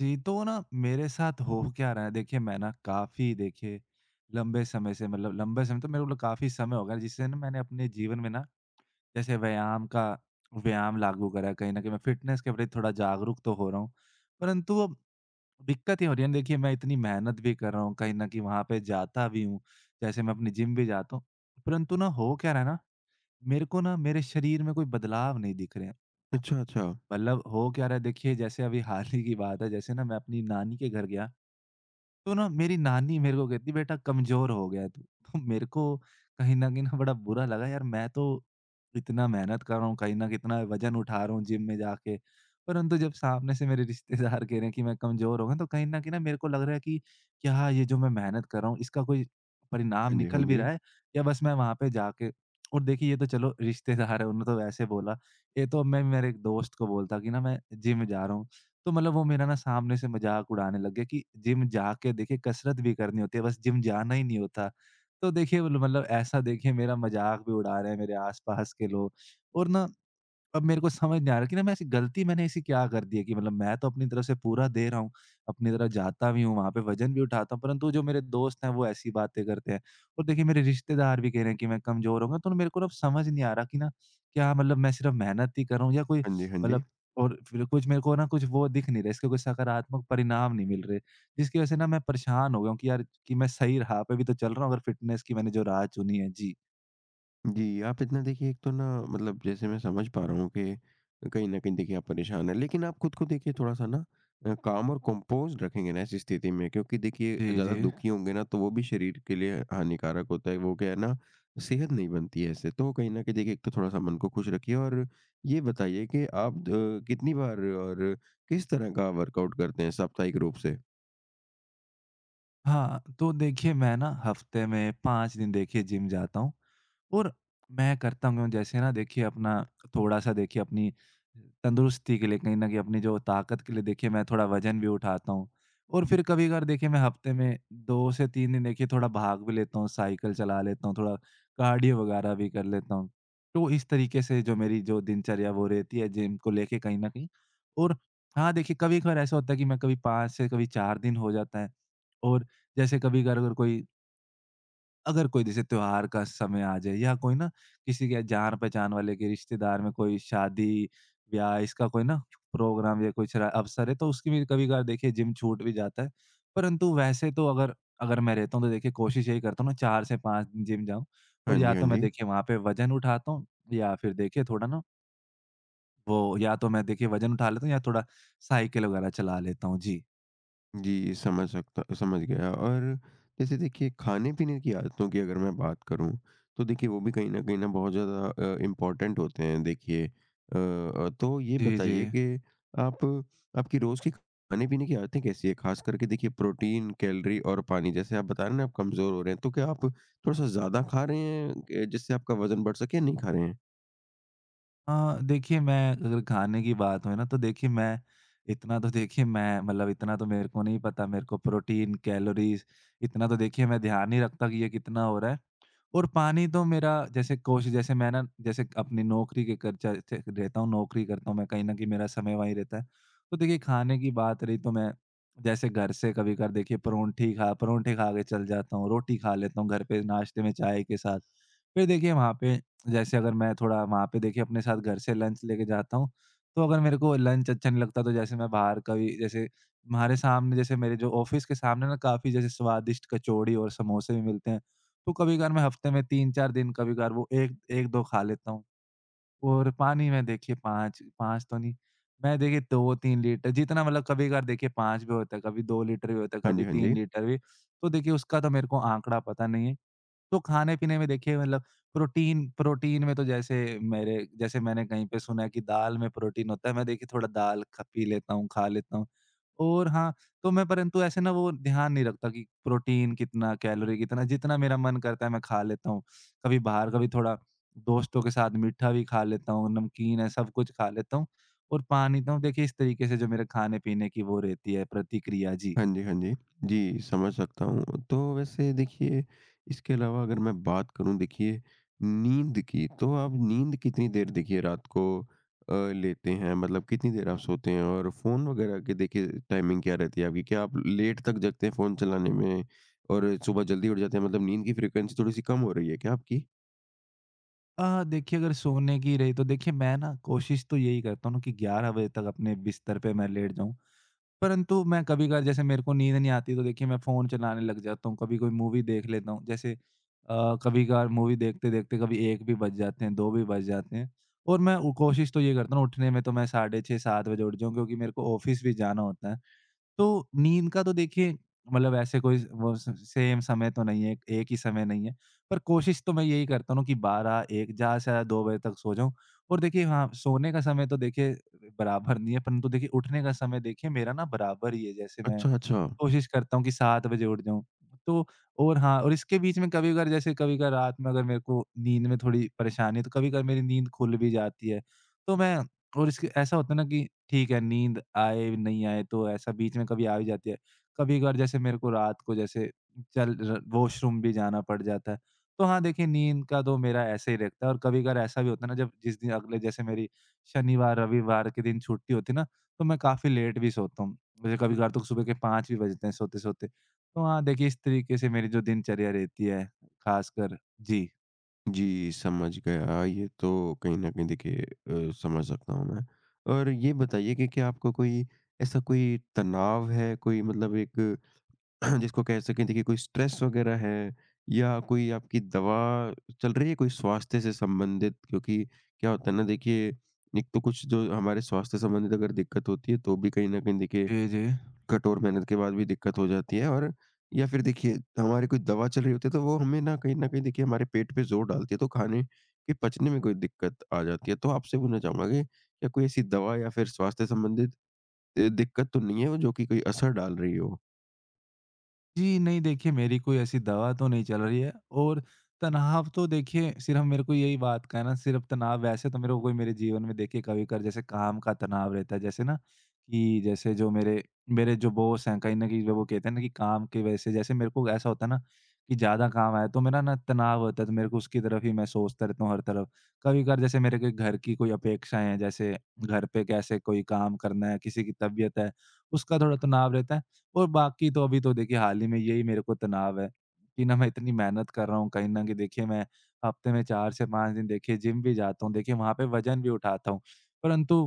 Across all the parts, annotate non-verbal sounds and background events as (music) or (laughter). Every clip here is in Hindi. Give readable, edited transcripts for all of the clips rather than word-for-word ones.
जी, तो ना मेरे साथ हो क्या रहा है? देखिए मैं ना काफ़ी देखिए लंबे समय से, मतलब लंबे समय, तो मेरे को काफ़ी समय हो गया है जिससे ना मैंने अपने जीवन में ना जैसे व्यायाम लागू करा है। कहीं न कहीं मैं फ़िटनेस के प्रति थोड़ा जागरूक तो हो रहा हूँ। परंतु अब दिक्कत ये हो रही है ना, देखिए मैं इतनी मेहनत भी कर रहा हूँ, कहीं न कहीं वहाँ पे जाता भी हूँ, जैसे मैं अपनी जिम भी जाता हूँ। परंतु ना हो क्या रहा है ना, मेरे को ना मेरे शरीर में कोई बदलाव नहीं दिख रहे हैं। अच्छा, अच्छा। मतलब हो क्या रहा है देखिए, जैसे अभी हाल ही की बात है, जैसे ना मैं अपनी नानी के घर गया। तो ना मेरी नानी मेरे को कहती, बेटा कमज़ोर हो गया है तू। (laughs) तो मेरे को कहीं न कहीं ना बड़ा बुरा लगा, यार। मैं तो इतना मेहनत कर रहा हूँ, कहीं न कितना वज़न उठा रहा हूँ जिम में जाके। परंतु जब सामने से मेरे रिश्तेदार कह रहे हैं कि मैं कमज़ोर हो गया हूँ, तो कहीं न कहीं ना मेरे को लग रहा है कि क्या ये जो मैं मेहनत कर रहा हूँ इसका कोई परिणाम हाँ जी, हाँ निकल भी जी। रहा है, या बस मैं वहाँ पे जाके। और देखिए, ये तो चलो रिश्तेदार है, उन्होंने तो वैसे बोला। ये तो मैं मेरे एक दोस्त को बोलता कि ना मैं जिम जा रहा हूँ। तो मतलब वो मेरा ना सामने से मज़ाक उड़ाने लग गए कि जिम जाके देखिए कसरत भी करनी होती है, बस जिम जाना ही नहीं होता। तो देखिए, मतलब ऐसा देखिए मेरा मज़ाक भी उड़ा रहे हैं मेरे आस-पास के लोग। और ना अब मेरे को समझ नहीं आ रहा कि ना मैं ऐसी गलती, मैंने ऐसी क्या कर दी है कि मतलब मैं तो अपनी तरफ से पूरा दे रहा हूँ, अपनी तरफ जाता भी हूँ, वहाँ पे वज़न भी उठाता हूँ, परंतु जो मेरे दोस्त हैं वो ऐसी बातें करते हैं। और देखिए मेरे रिश्तेदार भी कह रहे हैं कि मैं कमज़ोर होऊँगा, तो ना मेरे को ना अब समझ नहीं आ रहा कि ना क्या मतलब मैं सिर्फ़ मेहनत ही करूँ या कोई हाँ जी, हाँ जी। मतलब। और फिर कुछ मेरे को ना कुछ वो दिख नहीं रहा, इसके कोई सकारात्मक परिणाम नहीं मिल रहे। जिसकी वज़ह से ना मैं परेशान हो गया हूँ कि यार, कि मैं सही राह पे भी तो चल रहा हूँ अगर फ़िटनेस की मैंने जो राह चुनी है। जी। जी, आप इतना देखिए एक तो ना मतलब जैसे मैं समझ पा रहा हूँ कि कहीं न कहीं देखिए आप परेशान हैं। लेकिन आप खुद को देखिए थोड़ा-सा ना काम और कंपोज़्ड रखेंगे ना ऐसी स्थिति में क्योंकि देखिए जी, ज़्यादा जी। दुखी होंगे ना तो वो भी शरीर के लिए हानिकारक होता है। वो क्या है ना सेहत नहीं बनती है इससे। तो कहीं न कहीं देखिए एक तो थोड़ा-सा मन को खुश रखिए और ये बताइए कि आप कितनी बार और किस तरह का वर्कआउट करते हैं साप्ताहिक रूप से? हाँ, तो देखिए मैं ना हफ्ते में 5 दिन देखिए जिम जाता हूँ। और मैं करता हूँ जैसे ना देखिए अपना थोड़ा-सा देखिए अपनी तंदुरुस्ती के लिए, कहीं न कहीं अपनी जो ताकत के लिए, देखिए मैं थोड़ा वज़न भी उठाता हूँ। और फिर कभी-कभार देखिए मैं हफ़्ते में 2 से 3 दिन देखिए थोड़ा भाग भी लेता हूँ, साइकिल चला लेता हूँ, थोड़ा कार्डियो वगैरह भी कर लेता हूँ। तो इस तरीके से जो मेरी जो दिनचर्या वो रहती है जिम को लेके कहीं न कहीं। और हाँ, देखिए कभी-कभार ऐसा होता है कि मैं कभी 5 से कभी 4 दिन हो जाता है। और जैसे कभी-कभार अगर अगर कोई अगर कोई जैसे त्योहार का समय आ जाए, या कोई ना किसी के जान-पहचान वाले के रिश्तेदार में कोई शादी, ब्याह, इसका कोई ना प्रोग्राम या कुछ र अवसर है, तो उसकी भी कभी-कभार देखिए जिम छूट भी जाता है। परंतु वैसे तो अगर अगर मैं रहता हूँ तो देखिए कोशिश यही करता हूँ ना 4 से 5 जिम जाऊँ, और हाँ जी, या हाँ तो मैं जी। देखिए वहाँ पे वज़न उठाता हूँ या फिर देखिए थोड़ा ना वो, या तो मैं देखिए वज़न उठा लेता हूँ या थोड़ा साइकिल वगैरह चला लेता हूँ। जी। जी, समझ गया और जैसे देखिए खाने-पीने की आदतों की अगर मैं बात करूँ, तो देखिए वो भी कहीं न बहुत ज़्यादा इम्पोर्टेंट होते हैं देखिए। तो ये जी, जी। बताइए कि आप आपकी रोज़ की खाने-पीने की आदतें कैसी हैं? ख़ास करके देखिए प्रोटीन, कैलोरी और पानी जैसे आप बता रहे हैं ना आप कमज़ोर हो रहे हैं, तो क्या आप थोड़ा-सा ज़्यादा खा रहे हैं, ए जिससे आपका वज़न बढ़ सके या नहीं खा रहे हैं? हाँ, देखिए मैं अगर खाने की बात हो ना तो देखिए मैं इतना तो देखिए मैं, मतलब इतना तो मेरे को नहीं पता, मेरे को प्रोटीन, कैलोरीज़ इतना तो देखिए मैं ध्यान नहीं रखता कि ये कितना हो रहा है। और पानी तो मेरा जैसे कोशिश, जैसे मैं ना, जैसे अपनी नौकरी के कर च च रहता हूँ, नौकरी करता हूँ मैं, कहीं न कहीं मेरा समय वहीं रहता है। तो देखिए खाने की बात रही तो मैं जैसे घर से कभी-कभार देखिए परोंठी खा परोंठे खा के चल जाता हूँ, रोटी खा लेता हूँ घर पे नाश्ते में चाय के साथ। फिर देखिए वहाँ पे जैसे अगर मैं थोड़ा वहाँ पे देखिए अपने साथ घर से लंच लेके जाता हूँ, तो अगर मेरे को लंच अच्छा नहीं लगता तो जैसे मैं बाहर, कभी जैसे हमारे सामने, जैसे मेरे जो ऑफ़िस के सामने ना काफ़ी जैसे स्वादिष्ट कचौड़ी और समोसे भी मिलते हैं। तो कभी-कभार मैं हफ़्ते में 3-4 दिन, कभी-कभार वो 1 1-2 खा लेता हूँ, और पानी मैं देखिए 5 5 तो नहीं, मैं देखिए 2-3 लीटर जितना, मतलब कभी-कभार देखिए 5 भी होता है, कभी 2 लीटर भी होता है, हाँ जी, कभी हाँ 3 जी। लीटर भी। तो देखिए उसका तो मेरे को आँकड़ा पता नहीं है। तो खाने-पीने में देखिए, मतलब प्रोटीन प्रोटीन में तो जैसे मेरे, जैसे मैंने कहीं पे सुना है कि दाल में प्रोटीन होता है, मैं देखिए थोड़ा दाल ख पी लेता हूँ, खा लेता हूँ। और हाँ, तो मैं परंतु ऐसे ना वो ध्यान नहीं रखता कि प्रोटीन कितना, कैलोरी कितना, जितना मेरा मन करता है मैं खा लेता हूँ। कभी बाहर, कभी थोड़ा दोस्तों के साथ मीठा भी खा लेता हूँ, नमकीन है, सब कुछ खा लेता हूँ, और पानी तो देखिए इस तरीके से जो मेरे खाने-पीने की वो रहती है प्रतिक्रिया। जी। हाँ जी, हाँ जी। जी, समझ सकता हूँ। तो वैसे देखिए इसके अलावा अगर मैं बात करूँ देखिए नींद की, तो आप नींद कितनी देर देखिए रात को लेते हैं? मतलब कितनी देर आप सोते हैं? और फ़ोन वगैरह की देखिए टाइमिंग क्या रहती है आपकी? क्या आप लेट तक जगते हैं फ़ोन चलाने में और सुबह जल्दी उठ जाते हैं? मतलब नींद की फ्रीक्वेंसी थोड़ी-सी कम हो रही है क्या आपकी? देखिए अगर सोने की रही तो देखिए मैं ना कोशिश तो यही करता हूँ कि 11 बजे तक अपने बिस्तर पे मैं लेट जाऊँ। परंतु मैं कभी-कभार जैसे मेरे को नींद नहीं आती तो देखिए मैं फ़ोन चलाने लग जाता हूँ, कभी कोई मूवी देख लेता हूँ। जैसे कभी-कभार मूवी देखते-देखते कभी 1 भी बज जाते हैं, 2 भी बज जाते हैं, और मैं उ कोशिश तो ये करता हूँ उठने में तो मैं साढ़े 6-7 बजे उठ जाऊँ, क्योंकि मेरे को ऑफ़िस भी जाना होता है। तो नींद का तो देखिए, मतलब ऐसे कोई वो स सेम समय तो नहीं है, एक ही समय नहीं है। पर कोशिश तो मैं यही करता हूँ कि 12-1, ज़्यादा से ज़्यादा 2 बजे तक सो जाऊँ। और देखिए हाँ, सोने का समय तो देखिए बराबर नहीं है, परंतु देखिए उठने का समय देखिए मेरा ना बराबर ही है। जैसे मैं अच्छा, अच्छा। कोशिश करता हूँ कि 7 बजे उठ जाऊँ। तो और हाँ, और इसके बीच में कभी-कभार, जैसे कभी-कभार रात में अगर मेरे को नींद में थोड़ी परेशानी है, तो कभी-कभार मेरी नींद खुल भी जाती है। तो मैं, और इसके ऐसा होता है ना कि ठीक है, नींद आए, नहीं आए, तो ऐसा बीच में कभी आ भी जाती है। कभी-कभार जैसे मेरे को रात को जैसे चल र वॉशरूम भी जाना पड़ जाता है। तो हाँ, देखिए नींद का तो मेरा ऐसे ही रहता है, और कभी-कभार ऐसा भी होता है ना जब जिस दिन अगले जैसे मेरी शनिवार, रविवार के दिन छुट्टी होती है ना, तो मैं काफ़ी लेट भी सोता हूँ। मुझे कभी-कभार तो सुबह के 5 भी बजते हैं सोते-सोते। तो हाँ, देखिए इस तरीके से मेरी जो दिनचर्या रहती है, खासकर। जी। जी, समझ गया। ये तो कहीं न कहीं देखिए समझ सकता हूँ मैं। और ये बताइए कि क्या आपको कोई ऐसा कोई तनाव है, कोई मतलब एक (clears throat) जिसको कह सकें देखिए कोई स्ट्रेस वग़ैरह है या कोई आपकी दवा चल रही है, कोई स्वास्थ्य से संबंधित? क्योंकि क्या होता है ना देखिए, एक तो कुछ जो हमारे स्वास्थ्य संबंधित अगर दिक्कत होती है, तो भी कहीं न कहीं देखिए जी, जी। कठोर मेहनत के बाद भी दिक्कत हो जाती है और या फिर देखिए हमारी कोई दवा चल रही होती है तो वो हमें ना कहीं न कहीं देखिए हमारे पेट पे ज़ोर डालती है, तो खाने के पचने में कोई दिक्कत आ जाती है। तो आपसे पूछना चाहूँगा कि क्या कोई ऐसी दवा या फिर स्वास्थ्य संबंधित दिक्कत तो नहीं है, वो जो कि कोई असर डाल रही हो? जी, नहीं, देखिए मेरी कोई ऐसी दवा तो नहीं चल रही है, और तनाव तो देखिए सिर्फ़ मेरे को यही बात का है ना, सिर्फ़ तनाव वैसे तो मेरे को कोई, मेरे जीवन में देखिए कभी-कभार जैसे काम का तनाव रहता है, जैसे ना कि जैसे जो मेरे मेरे जो बॉस हैं, कहीं न कहीं वो कहते हैं ना कि काम की वजह से जैसे मेरे को ऐसा होता है ना कि ज़्यादा काम आया तो मेरा ना तनाव होता है, तो मेरे को उसकी तरफ ही मैं सोचता रहता हूँ हर तरफ। कभी-कभार जैसे मेरे के घर की कोई अपेक्षाएँ हैं, जैसे घर पे कैसे कोई काम करना है, किसी की तबीयत है, उसका थोड़ा तनाव रहता है। और बाकी तो अभी तो देखिए हाल ही में यही मेरे को तनाव है कि ना मैं इतनी मेहनत कर रहा हूँ, कहीं न कहीं देखिए मैं हफ्ते में 4 से 5 दिन देखिए जिम भी जाता हूँ। देखिए वहाँ पे वज़न भी उठाता हूँ। परंतु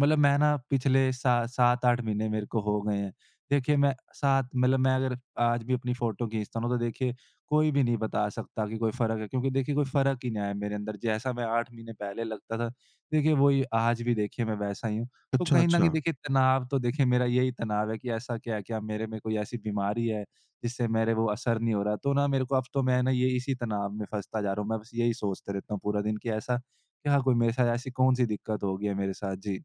मतलब मैं ना पिछले सा 7-8 महीने मेरे को हो गए हैं। देखिए मैं 7, मतलब मैं अगर आज भी अपनी फ़ोटो खींचता हूँ ना, तो देखिए कोई भी नहीं बता सकता कि कोई फ़र्क है, क्योंकि देखिए कोई फ़र्क ही नहीं आया मेरे अंदर। जैसा मैं 8 महीने पहले लगता था देखिए वही आज भी देखिए मैं वैसा ही हूँ। तो अच्छा, कहीं न कहीं अच्छा। देखिए तनाव तो देखिए मेरा यही तनाव है कि ऐसा क्या है, क्या मेरे में कोई ऐसी बीमारी है जिससे मेरे वो असर नहीं हो रहा? तो ना मेरे को अब तो मैं ना ये इसी तनाव में फँसता जा रहा हूँ। मैं बस यही सोचते रहता हूँ पूरा दिन कि ऐसा क्या, कोई मेरे साथ ऐसी कौन-सी दिक्कत हो गई है मेरे साथ? जी।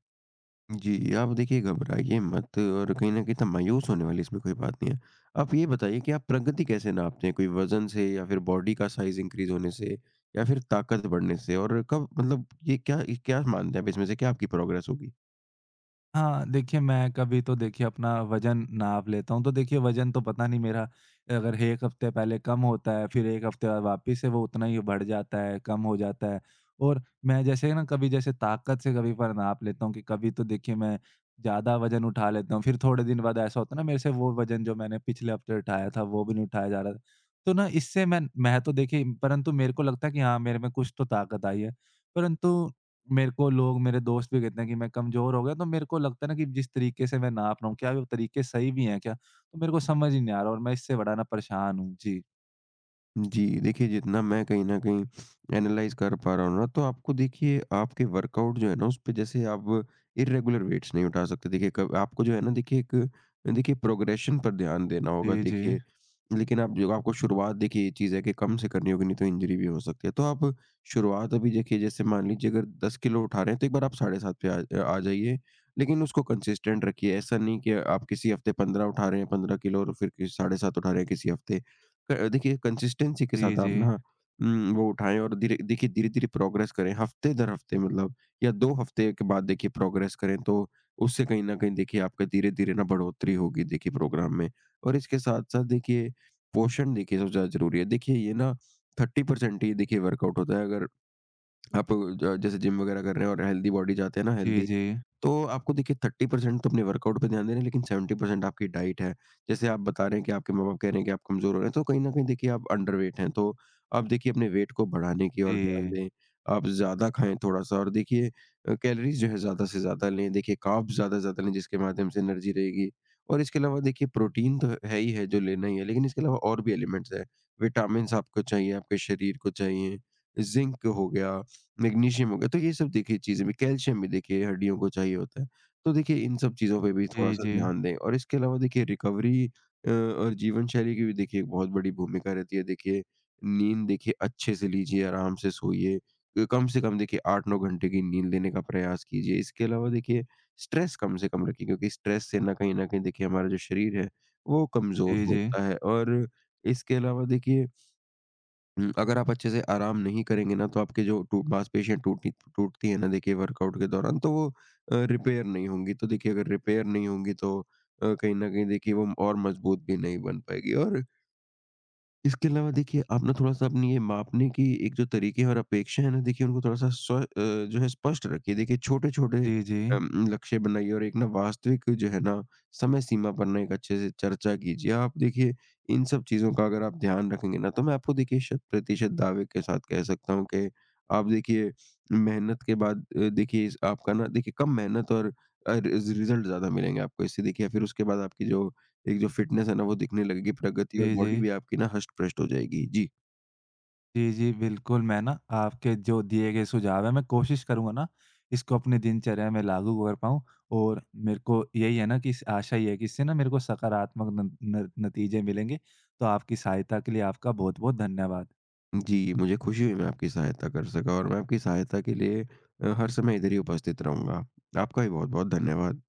जी, आप देखिए घबराइए मत और कहीं न कहीं इतना मायूस होने वाली इसमें कोई बात नहीं है। आप ये बताइए कि आप प्रगति कैसे नापते हैं? कोई वज़न से या फिर बॉडी का साइज़ इंक्रीज़ होने से या फिर ताकत बढ़ने से? और कब मतलब ये क्या क्या मानते हैं आप इसमें से क्या आपकी प्रोग्रेस होगी? हाँ, देखिए मैं कभी तो देखिए अपना वज़न नाप लेता हूँ, तो देखिए वज़न तो पता नहीं मेरा, अगर 1 हफ़्ते पहले कम होता है, फिर 1 हफ़्ते बाद वापस से वो उतना ही बढ़ जाता है, कम हो जाता है। और मैं जैसे ना, कभी जैसे ताकत से कभी पर नाप लेता हूँ कि कभी तो देखिए मैं ज़्यादा वज़न उठा लेता हूँ, फिर थोड़े दिन बाद ऐसा होता है ना मेरे से वो वज़न जो मैंने पिछले हफ़्ते उठाया था, वो भी नहीं उठाया जा रहा था। तो ना इससे मैं तो देखिए परंतु मेरे को लगता है कि हाँ, मेरे में कुछ तो ताकत आई है, परंतु मेरे को लोग, मेरे दोस्त भी कहते हैं कि मैं कमज़ोर हो गया, तो मेरे को लगता है ना कि जिस तरीके से मैं नाप रहा हूँ, क्या वो तरीके सही भी हैं क्या? तो मेरे को समझ ही नहीं आ रहा, और मैं इससे बड़ा ना परेशान हूँ। जी। जी, देखिए जितना मैं कहीं न कहीं एनालाइज़ कर पा रहा हूँ ना, तो आपको देखिए आपके वर्कआउट जो है ना, उसपे जैसे आप इर्रेगुलर वेट्स नहीं उठा सकते। देखिए कब आपको जो है ना देखिए एक देखिए प्रोग्रेशन पर ध्यान देना होगा जी, जी। देखिए। लेकिन आप जो आपको शुरुआत देखिए ये चीज़ है कि कम से करनी होगी, नहीं तो इंजरी भी हो सकती है। तो आप शुरुआत अभी देखिए जैसे मान लीजिए अगर 10 किलो उठा रहे हैं, तो एक बार आप 7.5 पे आ आ जाइए। लेकिन उसको कंसिस्टेंट रखिए, ऐसा नहीं कि आप किसी हफ्ते 15 उठा रहे हैं 15 किलो और फिर कि 7.5 उठा रहे हैं किसी हफ्ते। देखिए कंसिस्टेंसी के जी, साथ जी। आप ना वो उठाएँ और धीरे देखिए धीरे-धीरे प्रोग्रेस करें, हफ्ते दर हफ्ते मतलब या 2 हफ्ते के बाद देखिए प्रोग्रेस करें, तो उससे कहीं न कहीं देखिए आपका धीरे-धीरे ना बढ़ोतरी होगी देखिए प्रोग्राम में। और इसके साथ-साथ देखिए पोषण देखिए सबसे ज़्यादा ज़रूरी है। देखिए ये ना 30% ही देखिए वर्कआउट होता है अगर आप ज जैसे जिम वगैरह कर रहे हैं और हेल्दी बॉडी चाहते हैं ना जी, हेल्दी जी। तो आपको देखिए 30% तो अपने वर्कआउट पे ध्यान दे रहे हैं, लेकिन 70% आपकी डाइट है। जैसे आप बता रहे हैं कि आपके माँ-बाप कह रहे हैं कि आप कमज़ोर हो रहे हैं, तो कहीं न कहीं देखिए आप अंडरवेट हैं। तो आप देखिए अपने वेट को बढ़ाने की ओर ध्यान जी। दें, आप ज़्यादा खाएँ थोड़ा-सा और देखिए कैलोरीज़ जो है ज़्यादा से ज़्यादा लें, देखिए कार्ब्स ज़्यादा से ज़्यादा लें जिसके माध्यम से एनर्जी रहेगी। और इसके अलावा देखिए प्रोटीन तो है ही है जो लेना ही है, लेकिन इसके अलावा और भी एलिमेंट्स हैं। विटामिन्स आपको चाहिए, आपके शरीर को चाहिए, ज़िंक हो गया मैग्नीशियम हो गया, तो ये सब देखिए चीज़ें भी कैल्शियम भी देखिए हड्डियों को चाहिए होता है। तो देखिए इन सब चीज़ों पे भी जी, थोड़ा-सा जी। ध्यान दें और इसके अलावा देखिए रिकवरी और जीवन शैली की भी देखिए एक बहुत बड़ी भूमिका रहती है। देखिए नींद देखिए अच्छे से लीजिए, आराम से सोइए। कम से कम देखिए 8-9 घंटे की नींद लेने का प्रयास कीजिए। इसके अलावा देखिए स्ट्रेस कम से कम रखिए क्योंकि स्ट्रेस से ना कहीं न कहीं देखिए हमारा जो शरीर है, वो कमज़ोर जी, जी। होता है और इसके अलावा देखिए अगर आप अच्छे से आराम नहीं करेंगे ना, तो आपके जो टू मांसपेशियाँ टूटी टूटती हैं ना देखिए वर्कआउट के दौरान, तो वो रिपेयर नहीं होंगी। तो देखिए अगर रिपेयर नहीं होंगी तो कहीं न कहीं देखिए वो और मजबूत भी नहीं बन पाएगी और इसके अलावा देखिए आप ना थोड़ा-सा अपनी ये मापने की एक जो तरीके और अपेक्षा है ना देखिए उनको थोड़ा-सा जो है स्पष्ट रखिए। देखिए छोटे-छोटे जी, जी। लक्ष्य बनाइए और एक ना वास्तविक जो है ना समय सीमा पर ना एक अच्छे से चर्चा कीजिए। आप देखिए इन सब चीज़ों का अगर आप ध्यान रखेंगे ना तो मैं आपको देखिए शत-प्रतिशत दावे के साथ कह सकता हूँ कि आप देखिए मेहनत के बाद देखिए इस आपका ना देखिए कम मेहनत और रिज़ल्ट ज़्यादा मिलेंगे आपको। इससे देखिए फिर उसके बाद आपकी जो एक जो फ़िटनेस है ना वो दिखने लगेगी, प्रगति और जी, जी। बॉडी भी आपकी ना हष्ट-पुष्ट हो जाएगी। जी। जी, जी, बिल्कुल, मैं ना आपके जो दिए गए सुझाव हैं, मैं कोशिश करूँगा ना इसको अपनी दिनचर्या में लागू कर पाऊँ, और मेरे को यही है ना कि इस आशा ये है कि इससे ना मेरे को सकारात्मक न न नतीजे मिलेंगे। तो आपकी सहायता के लिए आपका बहुत-बहुत धन्यवाद। जी, मुझे खुशी हुई मैं आपकी सहायता कर सका और मैं आपकी सहायता के लिए हर समय इधर ही उपस्थित रहूँगा। आपका भी बहुत-बहुत धन्यवाद।